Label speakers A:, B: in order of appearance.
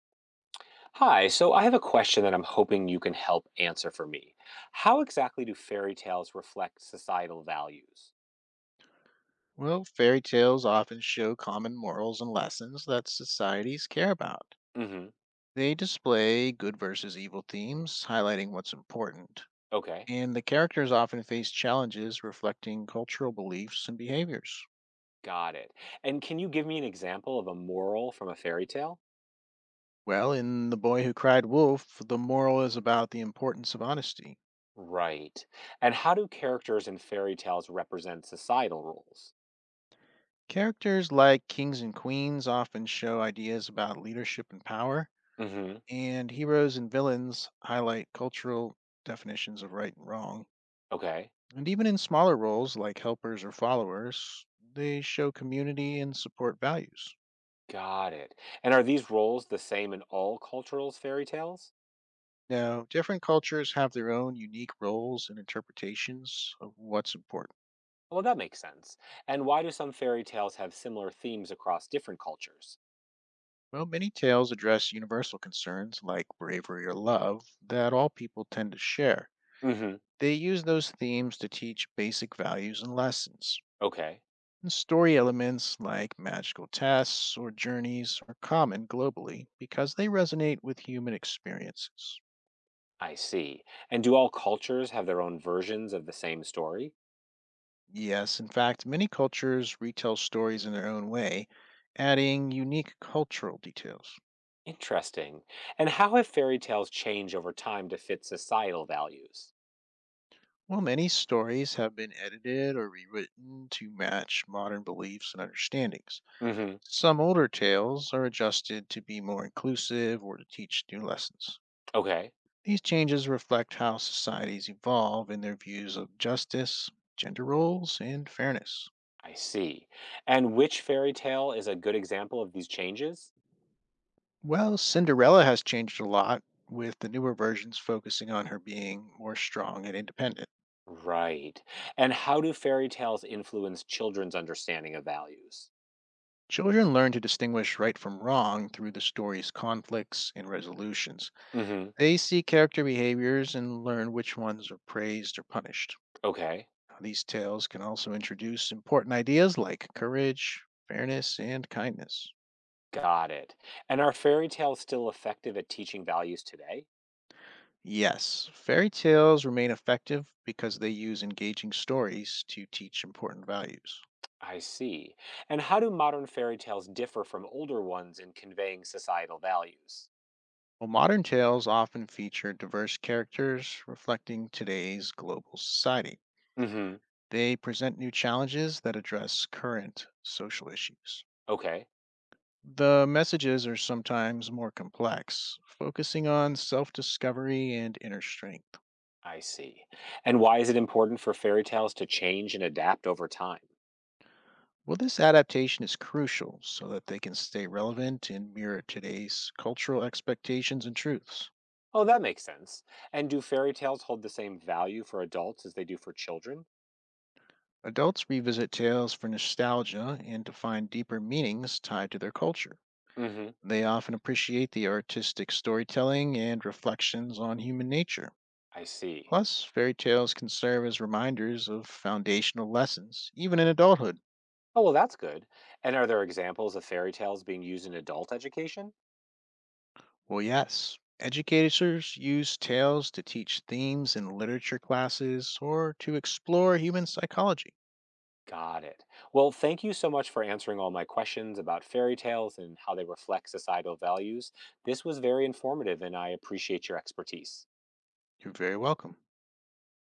A: Hi, so I have a question that I'm hoping you can help answer for me. How exactly do fairy tales reflect societal values?
B: Well, fairy tales often show common morals and lessons that societies care about.
A: hmm
B: They display good versus evil themes, highlighting what's important.
A: Okay,
B: And the characters often face challenges reflecting cultural beliefs and behaviors.
A: got it. And can you give me an example of a moral from a fairy tale?
B: Well, in The Boy Who Cried Wolf, the moral is about the importance of honesty.
A: Right. And how do characters in fairy tales represent societal roles?
B: Characters like kings and queens often show ideas about leadership and power,
A: hmm
B: and heroes and villains highlight cultural definitions of right and wrong.
A: Okay,
B: And even in smaller roles like helpers or followers, they show community and support values.
A: got it. And are these roles the same in all cultural fairy tales?
B: Now, different cultures have their own unique roles and interpretations of what's important.
A: Well, that makes sense. And why do some fairy tales have similar themes across different cultures?
B: Well, many tales address universal concerns like bravery or love that all people tend to share.
A: hmm
B: They use those themes to teach basic values and lessons.
A: Okay.
B: And story elements like magical tests or journeys are common globally because they resonate with human experiences.
A: I see. And do all cultures have their own versions of the same story?
B: Yes, in fact, many cultures retell stories in their own way, adding unique cultural details.
A: Interesting. And how have fairy tales changed over time to fit societal values?
B: While many stories have been edited or rewritten to match modern beliefs and understandings,
A: hmm
B: some older tales are adjusted to be more inclusive or to teach new lessons.
A: Okay,
B: These changes reflect how societies evolve in their views of justice, gender roles, and fairness.
A: I see. And which fairy tale is a good example of these changes?
B: Well, Cinderella has changed a lot, with the newer versions focusing on her being more strong and independent.
A: Right. And how do fairy tales influence children's understanding of values?
B: Children learn to distinguish right from wrong through the story's conflicts and resolutions.
A: hmm
B: They see character behaviors and learn which ones are praised or punished.
A: Okay,
B: These tales can also introduce important ideas like courage, fairness, and kindness.
A: got it. And are fairy tales still effective at teaching values today?
B: Yes, fairy tales remain effective because they use engaging stories to teach important values.
A: I see. And how do modern fairy tales differ from older ones in conveying societal values?
B: Well, modern tales often feature diverse characters reflecting today's global society.
A: hmm
B: They present new challenges that address current social issues.
A: Okay,
B: The messages are sometimes more complex, focusing on self discovery and inner strength.
A: I see. And why is it important for fairy tales to change and adapt over time?
B: Well, this adaptation is crucial so that they can stay relevant and mirror today's cultural expectations and truths.
A: Oh, that makes sense. And do fairy tales hold the same value for adults as they do for children?
B: Adults revisit tales for nostalgia and to find deeper meanings tied to their culture.
A: hmm
B: They often appreciate the artistic storytelling and reflections on human nature.
A: I see.
B: Plus, fairy tales can serve as reminders of foundational lessons, even in adulthood.
A: Oh, well, that's good. And are there examples of fairy tales being used in adult education?
B: Well, yes, educators use tales to teach themes in literature classes or to explore human psychology.
A: Got it. Well, thank you so much for answering all my questions about fairy tales and how they reflect societal values. This was very informative, and I appreciate your expertise.
B: You're very welcome.